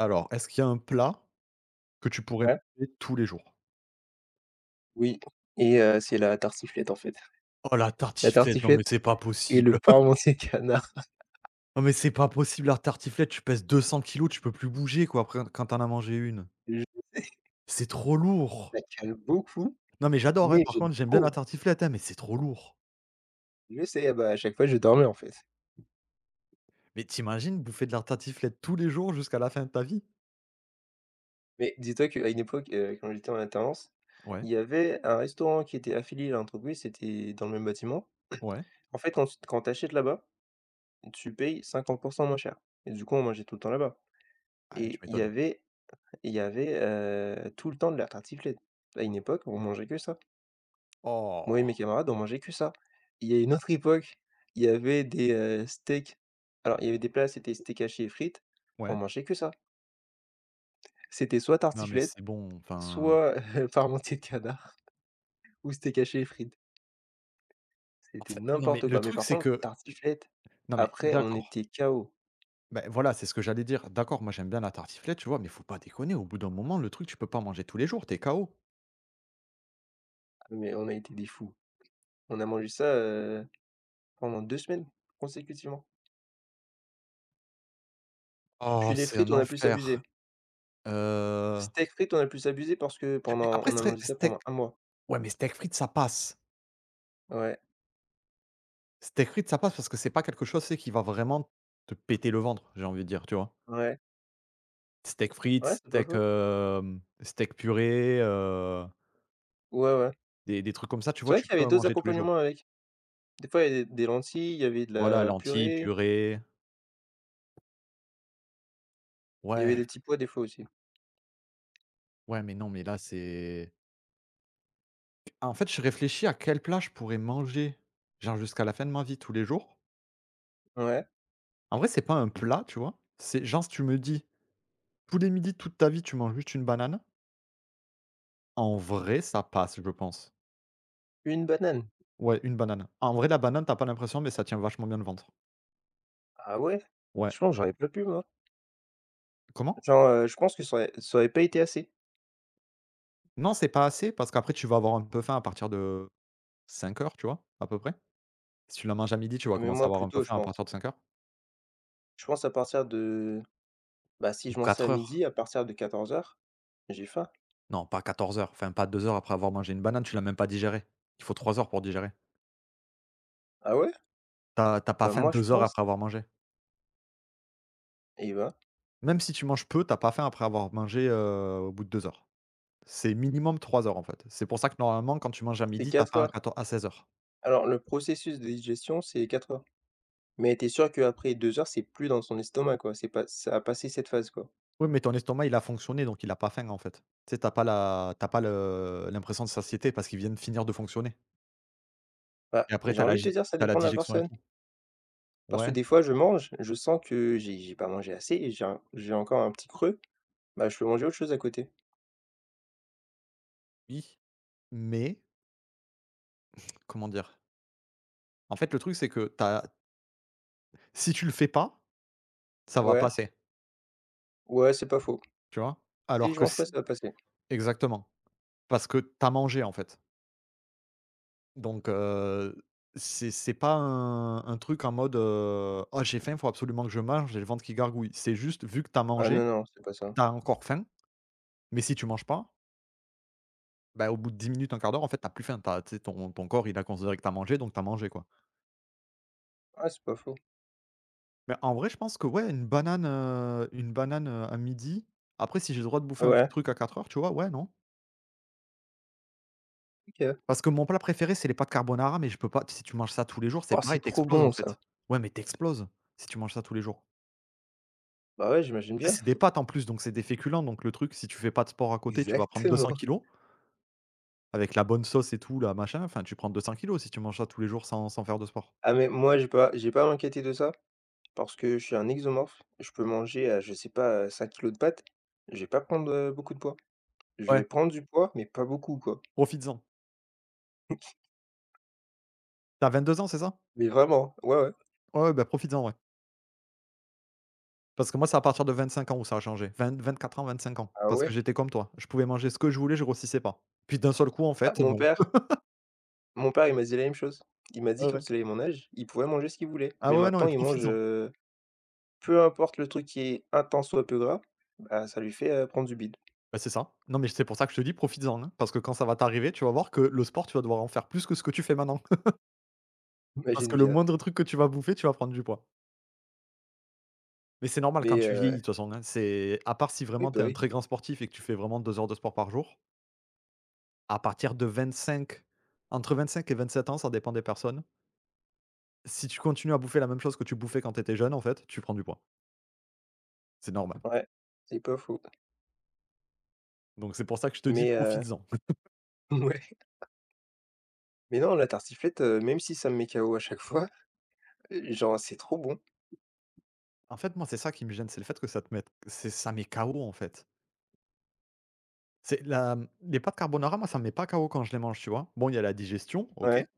Alors, est-ce qu'il y a un plat que tu pourrais Ouais, manger tous les jours? oui et c'est la tartiflette, en fait. Oh la La tartiflette, non mais tartiflette c'est pas et le possible. parmentier canard. Non mais c'est pas possible la tartiflette, tu pèses 200 kilos, tu peux plus bouger quoi après quand t'en as mangé une. Je C'est trop lourd. la cale beaucoup, Non mais j'adore, hein, mais par j'aime contre, j'aime bien la trop. tartiflette, hein, mais c'est trop lourd. Je sais, ah bah, à chaque fois, je dormais, en fait. Mais t'imagines bouffer de la tartiflette tous les jours jusqu'à la fin de ta vie? Mais dis-toi qu'à une époque, quand j'étais en alternance, Ouais, il y avait un restaurant qui était affilié à l'entreprise, c'était dans le même bâtiment. ouais. En fait, quand tu achètes là-bas, tu payes 50 moins cher et du coup, on mangeait tout le temps là-bas Ah tu et il y m'étonnes. avait il y avait, heu, tout le temps de la tartiflette. À une époque, on mangeait que ça. Moi et mes Oh! camarades, on mangeait que ça. Il y a une autre époque, il y avait des, steaks. Alors, il y avait des plats, c'était steak haché et frites, on Ouais. mangeait que ça. C'était soit Non mais tartiflette, c'est bon, enfin soit, parmentier de canard ou steak haché et frites. en C'était fait non mais n'importe le quoi, mais truc par c'est contre, que tartiflette, non mais après on d'accord. était KO. Ben voilà, c'est ce que j'allais dire. D'accord, moi j'aime bien la tartiflette, tu vois, mais faut pas déconner. Au bout d'un moment, le truc, tu peux pas manger tous les jours, t'es KO. Ah mais on a été des fous. On a mangé ça, pendant 2 semaines consécutivement. Oh, Puis les c'est frites, un on a plus enfer. abusé. Heu, Steak frites, on a plus abusé parce que mais pendant après on a stre mangé ça steak, pendant un mois. ouais, mais steak frites, ça passe. Ouais, Steak frites, ça passe parce que c'est pas quelque chose, tu qui va vraiment te péter le ventre, j'ai envie de dire, tu vois? ouais, Steak ouais, frites, c'est pas steak, faux. Steak purée, Ouais, ouais. des trucs comme ça, tu C'est vois, vrai tu qu'il y avait peux en d'autres manger tous les jours. accompagnements avec. Des fois, il y avait des lentilles, il y avait de Voilà, la lentilles, purée, purée. il y avait Ouais, des petits pois des fois aussi. ouais, mais non, mais là, c'est en fait, je réfléchis à quel plat je pourrais manger, genre jusqu'à la fin de ma vie, tous les jours. Ouais, En vrai, c'est pas un plat, tu vois? C'est genre, si tu me dis, tous les midis, toute ta vie, tu manges juste une banane, en vrai, ça passe, je pense. une banane. Ouais, une banane. En vrai, la banane, t'as pas l'impression, mais ça tient vachement bien le ventre. Ah ouais? Ouais. Je pense que j'aurais pas pu moi. Comment? Genre, je pense que ça aurait pas été assez. Non, c'est pas assez, parce qu'après, tu vas avoir un peu faim à partir de 5 heures, tu vois, à peu près. Si tu la manges à midi, tu vas Ah mais commencer à moi avoir un peu plutôt je faim à pense. partir de 5 heures. Je pense à partir de Bah, si Ou je mangeais à 4 midi, heures. à partir de 14:00, j'ai faim. Non, pas 14 heures. Enfin, pas 2 heures après avoir mangé une banane, tu l'as même pas digérée. Il faut 3 heures pour digérer. Ah ouais? T'as pas Bah, faim moi je 2 heures pense, après avoir mangé. et ben, Même si tu manges peu, t'as pas faim après avoir mangé, au bout de 2 heures. C'est minimum 3 heures, en fait. C'est pour ça que normalement quand tu manges à c'est midi, t'as quatre faim à heures. 14 à 16 heures. Alors le processus de digestion, c'est 4 heures. Mais t'es es sûr qu'après 2 heures, c'est plus dans son estomac quoi, c'est pas ça a passé cette phase quoi. Oui, mais ton estomac il a fonctionné donc il a pas faim, en fait. Tu sais, tu pas la t'as pas le l'impression de satiété parce qu'il vient de finir de fonctionner Bah, et après j'ai t'as la envie de gid te dire ça tu la dépend de la digestion et personne. tout. Parce que Ouais, des fois, je mange, je sens que j'ai pas mangé assez et j'ai encore un petit creux, bah, je peux manger autre chose à côté. oui, mais comment dire? En fait, le truc c'est que t'as si tu le fais pas, ça va Ouais, passer, ouais, c'est pas faux. tu vois? Si Alors je que mange pas, si ça va passer. exactement, parce que t'as mangé, en fait. Donc, c'est pas un truc en mode: «Oh j'ai faim, faut absolument que je mange, j'ai le ventre qui gargouille». C'est juste vu que t'as Ah mangé, non, non, c'est pas ça. t'as encore faim, mais si tu manges pas, bah, au bout de 10 minutes, un quart d'heure, en fait, t'as plus faim. T'as as tu sais, ton corps, il a considéré que t'as mangé, donc t'as mangé, quoi. Ah, c'est pas faux. Mais en vrai, je pense que, ouais, une banane, à midi. Après, si j'ai le droit de bouffer un petit Ouais, truc à 4 heures, tu vois? Ouais, non? OK. Parce que mon plat préféré, c'est les pâtes carbonara, mais je peux pas, si tu manges ça tous les jours, c'est Oh, c'est pareil, tu trop en bon fait. ça. Ouais, mais tu si tu manges ça tous les jours. Bah, ouais, j'imagine Tu sais, bien. c'est des pâtes en plus, donc c'est des féculents, donc le truc, si tu fais pas de sport à côté, tu vas prendre 200 Exactement. kilos avec la bonne sauce et tout, là, machin, enfin tu prends 200 kilos si tu manges ça tous les jours sans faire de sport. Ah mais moi, j'ai pas à m'inquiéter de ça parce que je suis un exomorphe. Je peux manger, je sais pas, 5 kilogrammes de pâtes, je vais pas prendre, beaucoup de poids. Je vais Ouais, prendre du poids, mais pas beaucoup, quoi. profites-en. T'as 22 ans, c'est ça? Mais vraiment, ouais, ouais. Ouais, ouais, bah, profites-en, ouais. Parce que moi, c'est à partir de 25 ans où ça a changé. Vingt, 24 ans, 25 ans. Ah Parce que ouais? j'étais comme toi. Je pouvais manger ce que je voulais, je grossissais pas. Puis d'un seul coup, en Bah, fait, mon non. père mon père, il m'a dit la même chose. Il m'a dit Ouais, quand ouais. il avait mon âge, il pouvait manger ce qu'il voulait. Ah Mais ouais, non, maintenant, mais il mange, profites-en. Peu importe le truc qui est un tant soit peu gras, bah, ça lui fait, prendre du bide. Bah, c'est ça. Non, mais c'est pour ça que je te dis profites-en, hein, parce que quand ça va t'arriver, tu vas voir que le sport, tu vas devoir en faire plus que ce que tu fais maintenant. Parce Imagine que le bien. moindre truc que tu vas bouffer, tu vas prendre du poids. Mais c'est normal quand Mais, tu vieillis de toute façon, hein. C'est à part si oui, vraiment bah, tu es un oui. très grand sportif et que tu fais vraiment 2 heures de sport par jour, à partir de 25, entre 25 et 27 ans, ça dépend des personnes. Si tu continues à bouffer la même chose que tu bouffais quand tu étais jeune, en fait, tu prends du poids. C'est normal. Ouais, c'est pas faux. Donc c'est pour ça que je te dis: Mais, «Profites-en». ouais. Mais non, la tartiflette, même si ça me met KO à chaque fois, genre, c'est trop bon. En fait, moi, c'est ça qui me gêne, c'est le fait que ça te mette c'est ça met KO, en fait. C'est les pâtes carbonara, moi, ça me met pas KO quand je les mange, tu vois? Bon, il y a la digestion, OK. Ouais,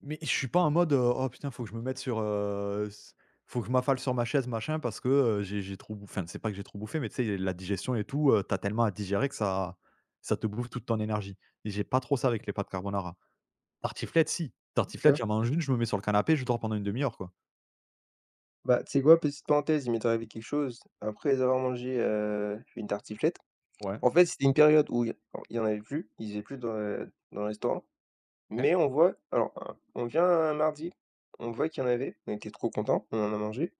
Mais je suis pas en mode: «Oh putain, faut que je me mette sur, s faut que je m'affale sur ma chaise machin parce que, j'ai trop bouffé enfin, c'est pas que j'ai trop bouffé, mais tu sais, la digestion et tout, tu tellement à digérer que ça te bouffe toute ton énergie et j'ai pas trop ça avec les pâtes carbonara. Tartiflette, si. tu Tartiflette, j'en mange une, je me mets sur le canapé, je dors pendant une demi heure, quoi. bah, tu sais quoi? Petite parenthèse, il m'est arrivé quelque chose après avoir mangé, une tartiflette. Ouais, En fait, c'était une période où il y en avait plus, ils faisaient plus dans le restaurant, OK. mais on voit alors, on vient un mardi, on voit qu'il y en avait, on était trop contents, on en a mangé.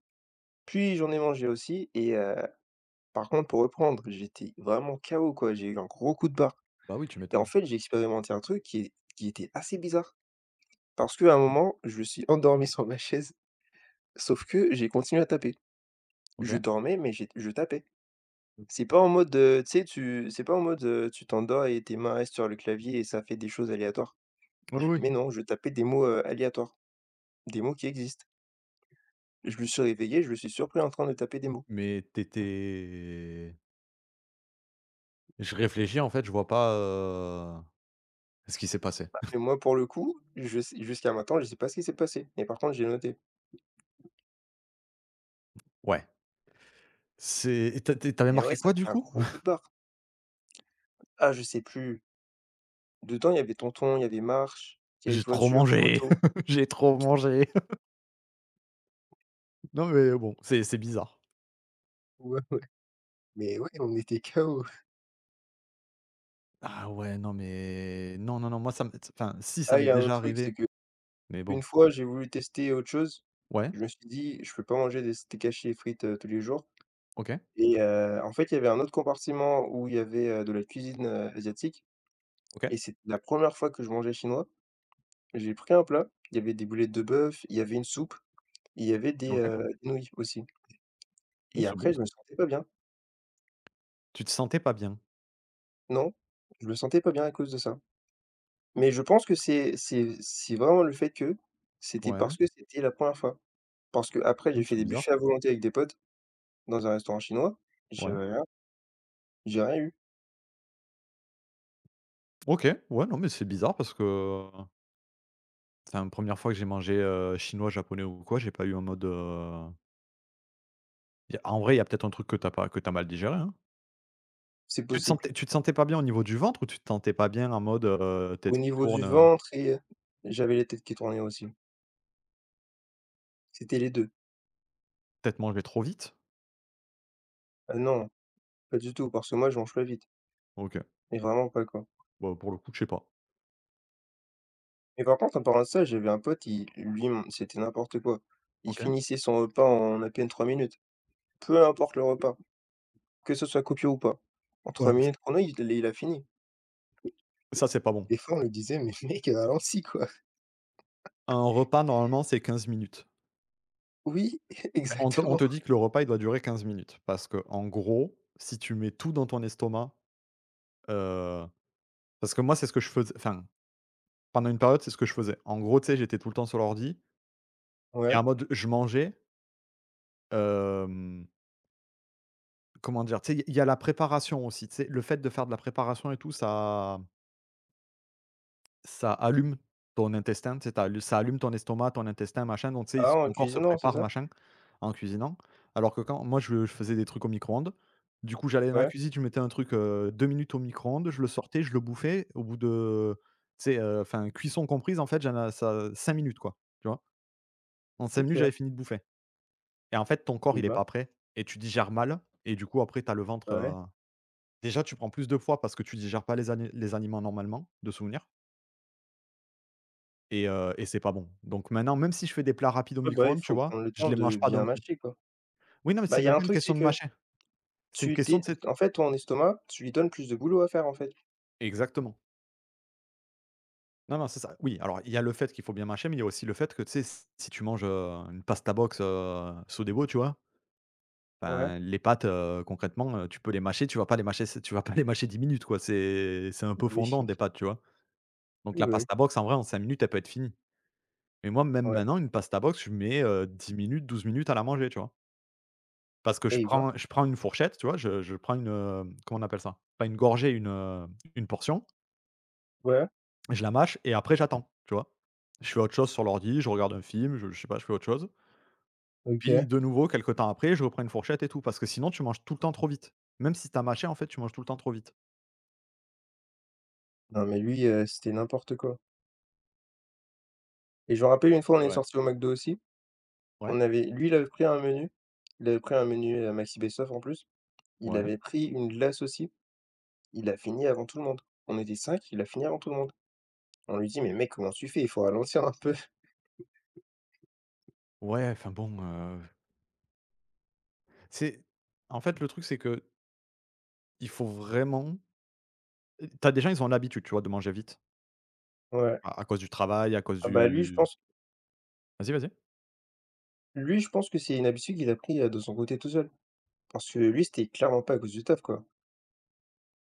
Puis j'en ai mangé aussi et par contre pour reprendre, j'étais vraiment KO quoi, j'ai eu un gros coup de barre Bah oui, tu et en m'étonnes. fait, j'ai expérimenté un truc qui était assez bizarre parce qu'à un moment, je me suis endormi sur ma chaise, sauf que j'ai continué à taper. Je OK. dormais mais j'ai je tapais. Mmh. C'est pas en mode, tu sais, tu c'est pas en mode, tu t'endors et tes mains restent sur le clavier et ça fait des choses aléatoires. Oui, oui, oui, Mais non, je tapais des mots, aléatoires, des mots qui existent. Je me suis réveillé, je me suis surpris en train de taper des mots. mais t'étais je réfléchis en fait, je vois pas, ce qui s'est passé. Mais moi, pour le coup, je sais jusqu'à maintenant, je sais pas ce qui s'est passé. Mais par contre, j'ai noté. Ouais, c'est et tu as Mais ouais, marqué ça quoi te du met un coup? gros coup de barre. Ah, je sais plus. Dedans, il y avait tonton, il y avait marche, il y avait J'ai trop voiture, mangé, moto. j'ai trop mangé. Non, mais bon, c'est bizarre. Ouais. Mais ouais, on était KO. Ah ouais, non, mais non, non, non, moi ça m'est enfin, si ça Ah, il m'est y a un déjà autre truc, c'est arrivé, que mais une bon. fois, j'ai voulu tester autre chose. Ouais, Je me suis dit: «Je peux pas manger des steaks hachis et frites, tous les jours» OK, et en fait, il y avait un autre compartiment où il y avait, de la cuisine, asiatique OK, et c'est la première fois que je mangeais chinois. J'ai pris un plat, il y avait des boulettes de bœuf, il y avait une soupe et il y avait des, OK. Nouilles aussi Mmh, et c'est bon après je ça. me sentais pas bien. Tu te sentais pas bien? Non, je me sentais pas bien à cause de ça. Mais je pense que c'est vraiment le fait que c'était Ouais, parce que c'était la première fois. Parce que après, j'ai mmh, fait c'est des buffets bizarre. à volonté avec des potes dans un restaurant chinois, je Ouais. j'ai rien eu, OK, ouais, non, mais c'est bizarre parce que, enfin, 1re fois que j'ai mangé, chinois, japonais ou quoi, j'ai pas eu en mode, y a en vrai, il y a peut-être un truc que t'as pas que t'as mal digéré, hein. c'est possible. Tu te sentais pas bien au niveau du ventre ou tu te sentais pas bien en mode, Au tête qui niveau du tourne, ventre et j'avais les têtes qui tournaient aussi. C'était les deux. peut-être manger trop vite? Ah non, pas du tout, parce que moi je mange pas vite, OK. mais vraiment pas, quoi. Bah, pour le coup, je sais pas. Mais par contre, en parlant de ça, j'avais un pote, il lui, c'était n'importe quoi. Il OK. finissait son repas en à peine 3 minutes, peu importe le repas, que ce soit copieux ou pas. En trois Ouais. minutes chrono, il a fini. Ça, c'est pas bon. Des fois, on lui disait: «Mais mec, ralentis, quoi». Un repas, normalement, c'est 15 minutes. Oui, On te on exactement. te dit que le repas, il doit durer 15 minutes parce que en gros, si tu mets tout dans ton estomac, heu, parce que moi, c'est ce que je faisais enfin, pendant une période, c'est ce que je faisais. En gros, tu sais, j'étais tout le temps sur l'ordi et Ouais. en mode, je mangeais, hem, comment dire? Tu sais, il y a la préparation aussi, tu sais, le fait de faire de la préparation et tout, ça allume ton intestin, tu sais, tu ça allume ton estomac, ton intestin, machin, donc tu sais, Ah, s en ton corps se cuisinant, c'est prépare, ça? machin, en cuisinant. Alors que quand moi, je faisais des trucs au micro-ondes, du coup, j'allais dans la Ouais, cuisine, je mettais un truc, 2 minutes au micro-ondes, je le sortais, je le bouffais, au bout de tu sais, enfin, cuisson comprise, en fait, j'en a ça 5 minutes, quoi, tu vois? En 5 minutes, OK. j'avais fini de bouffer et en fait, ton corps, Eh il est ben, pas prêt et tu digères mal et du coup, après, tu as le ventre, ouais, déjà, tu prends plus de poids parce que tu digères pas les aliments normalement, de souvenir. Et c'est pas bon. Donc maintenant, même si je fais des plats rapides au ouais, bah, il micro-ondes, tu faut prendre vois? le Je temps les de mange pas bien d'un coup. mâcher, quoi. Oui, non, mais Bah, c'est il y même a un pas une truc, c'est question de que mâcher. C'est une tu question, dé de... sais en fait, ton estomac, tu lui donnes plus de boulot à faire, en fait. exactement. Non, non, c'est ça. Oui, alors il y a le fait qu'il faut bien mâcher, mais il y a aussi le fait que, tu sais, si tu manges, une pasta box, Sodebo, tu vois? Ouais, Ben, les pâtes, concrètement, tu peux les mâcher, tu vas pas les mâcher 10 minutes, quoi. C'est un peu bah fondant oui, des pâtes, tu vois? Donc oui, la oui, pasta box, en vrai, en 5 minutes, elle peut être finie. Mais moi, même ouais maintenant, une pasta box, je mets, 10 minutes, 12 minutes à la manger, tu vois? Parce que je et il va prends je prends une fourchette, tu vois? Je prends comment on appelle ça? Pas une gorgée, une portion, Ouais, je la mâche et après j'attends, tu vois? Je fais autre chose sur l'ordi, je regarde un film, je sais pas, je fais autre chose. Puis OK. de nouveau, quelque temps après, je reprends une fourchette et tout, parce que sinon tu manges tout le temps trop vite. Même si t'as mâché, en fait, tu manges tout le temps trop vite. Non, mais lui, c'était n'importe quoi et je me rappelle une fois, on Et est ouais. sortis au McDo aussi, Ouais, on avait lui, il avait pris un menu, Maxi Best-of en plus, il ouais, avait pris une glace aussi, il a fini avant tout le monde. On était cinq. Il a fini avant tout le monde. On lui dit: «Mais mec, comment tu fais? Il faut ralentir un peu». ouais, enfin bon, c'est en fait, le truc, c'est que il faut vraiment T'as as des gens, ils ont l'habitude, tu vois, de manger vite, Ouais. à cause du travail, à cause Ah bah, lui, je du pense vas-y, vas-y. lui, je pense que c'est une habitude qu'il a pris, de son côté tout seul. Parce que lui, c'était clairement pas à cause du taf, quoi.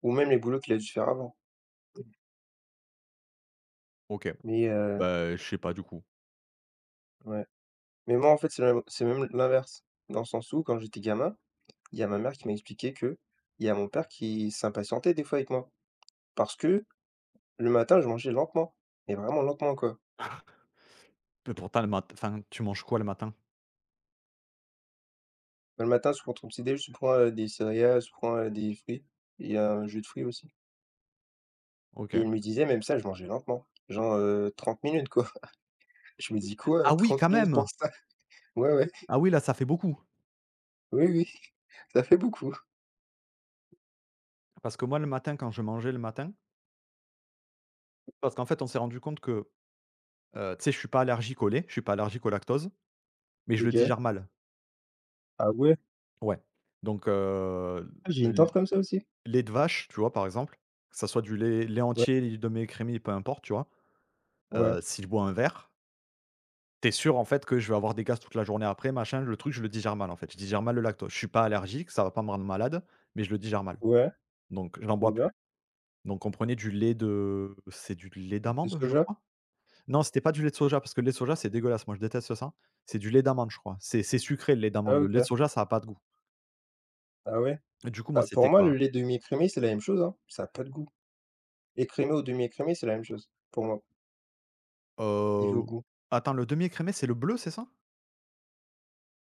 Ou même les boulots qu'il a dû faire avant. OK, Mais, bah, je sais pas, du coup. ouais. Mais moi, en fait, c'est même l'inverse. Dans le sens où, quand j'étais gamin, il y a ma mère qui m'a expliqué que, il y a mon père qui s'impatientait des fois avec moi. Parce que le matin, je mangeais lentement, mais vraiment lentement, quoi. Mais pourtant le mat enfin, tu manges quoi le matin? Bah, le matin, sou pour ton petit déj, je prends, des céréales, je prends, des fruits et un jus de fruits aussi et OK. il me disait même ça, je mangeais lentement, genre, 30 minutes, quoi. Je me dis: «Quoi? Ah oui, trente quand minutes pour même! ça?» Ouais, ouais, Ah oui, là, ça fait beaucoup. oui, oui, ça fait beaucoup. Parce que moi, le matin, quand je mangeais le matin parce qu'en fait, on s'est rendu compte que, tu sais, je suis pas allergique au lait, je suis pas allergique au lactose, mais je le OK. digère mal. Ah ouais? Ouais. Donc, Ah, j'ai une l tante comme ça aussi? lait de vache, tu vois, par exemple, que ça soit du lait Ouais, entier, lait demi-écrémé, peu importe, tu vois? ouais, Si je bois un verre, tu es sûr, en fait, que je vais avoir des gaz toute la journée après, machin, le truc, je le digère mal, en fait. Je digère mal le lactose. Je suis pas allergique, ça va pas me rendre malade, mais je le digère mal. ouais Donc j'en et bois plus. ben, Donc on prenait du lait de c'est du lait le d'amande, je soja? crois? Non, c'était pas du lait de soja parce que le lait de soja, c'est dégueulasse, moi je déteste ça. C'est du lait d'amande, je crois. C'est sucré le lait Ah d'amande, le lait de OK. soja, ça a pas de goût. Ah ouais? Et du coup, moi, Bah, pour c'était moi, quoi? le lait demi-écrémé, c'est la même chose, hein, ça a pas de goût. Écrémé ou demi-écrémé, c'est la même chose pour moi, niveau Heu, goût. attends, le demi-écrémé, c'est le bleu, c'est ça?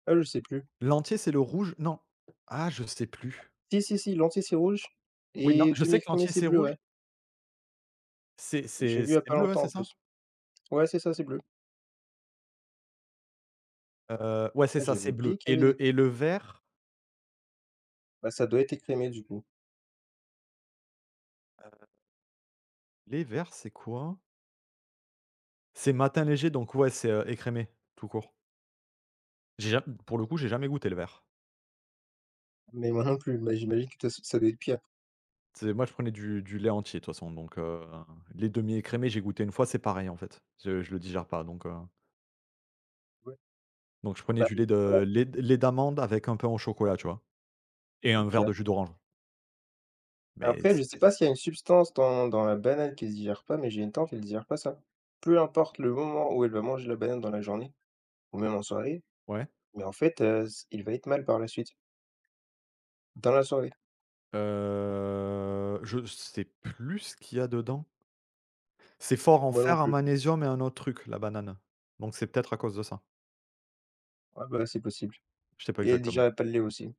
Ah, je sais plus. L'entier, c'est le rouge? Non. Ah, je sais plus. Si, si, si, l'entier, c'est rouge Oui, l'en et je sais que demi-écrémé, l'entier, c'est c'est bleu, rouge. ouais. C'est J'ai c'est vu il y a c'est pas bleu, hein, longtemps en c'est ça? plus. Ouais, c'est ça, c'est bleu. Ouais, c'est Ah, ça, j'avais c'est oublié bleu qu'il y et avait des, le vert, bah, ça doit être écrémé du coup. heu, les verts, c'est quoi? C'est matin léger donc ouais, c'est, écrémé, tout court. J'ai ja pour le coup, j'ai jamais goûté le vert. Mais moi non plus, bah, j'imagine que ça doit être pire. C'est moi je prenais du lait entier de toute façon donc lait demi-écrémé, j'ai goûté une fois, c'est pareil en fait. Je le digère pas donc Ouais. donc je prenais Bah, du lait ouais, de lait lait d'amande avec un pain au chocolat, tu vois? Et un OK. verre de jus d'orange. Mais Après, je sais c pas s'il y a une substance dans la banane qui se digère pas, mais j'ai une tante, elle digère pas ça. Peu importe le moment où elle va manger la banane dans la journée ou même en soirée, ouais, mais en fait, s il va être mal par la suite, dans la soirée. Je sais plus ce qu'il y a dedans. C'est fort en Moi non fer, en plus. magnésium et un autre truc, la banane. Donc c'est peut-être à cause de ça. Ouais, bah, c'est possible Je sais pas et elle exactement. digère pas le lait aussi.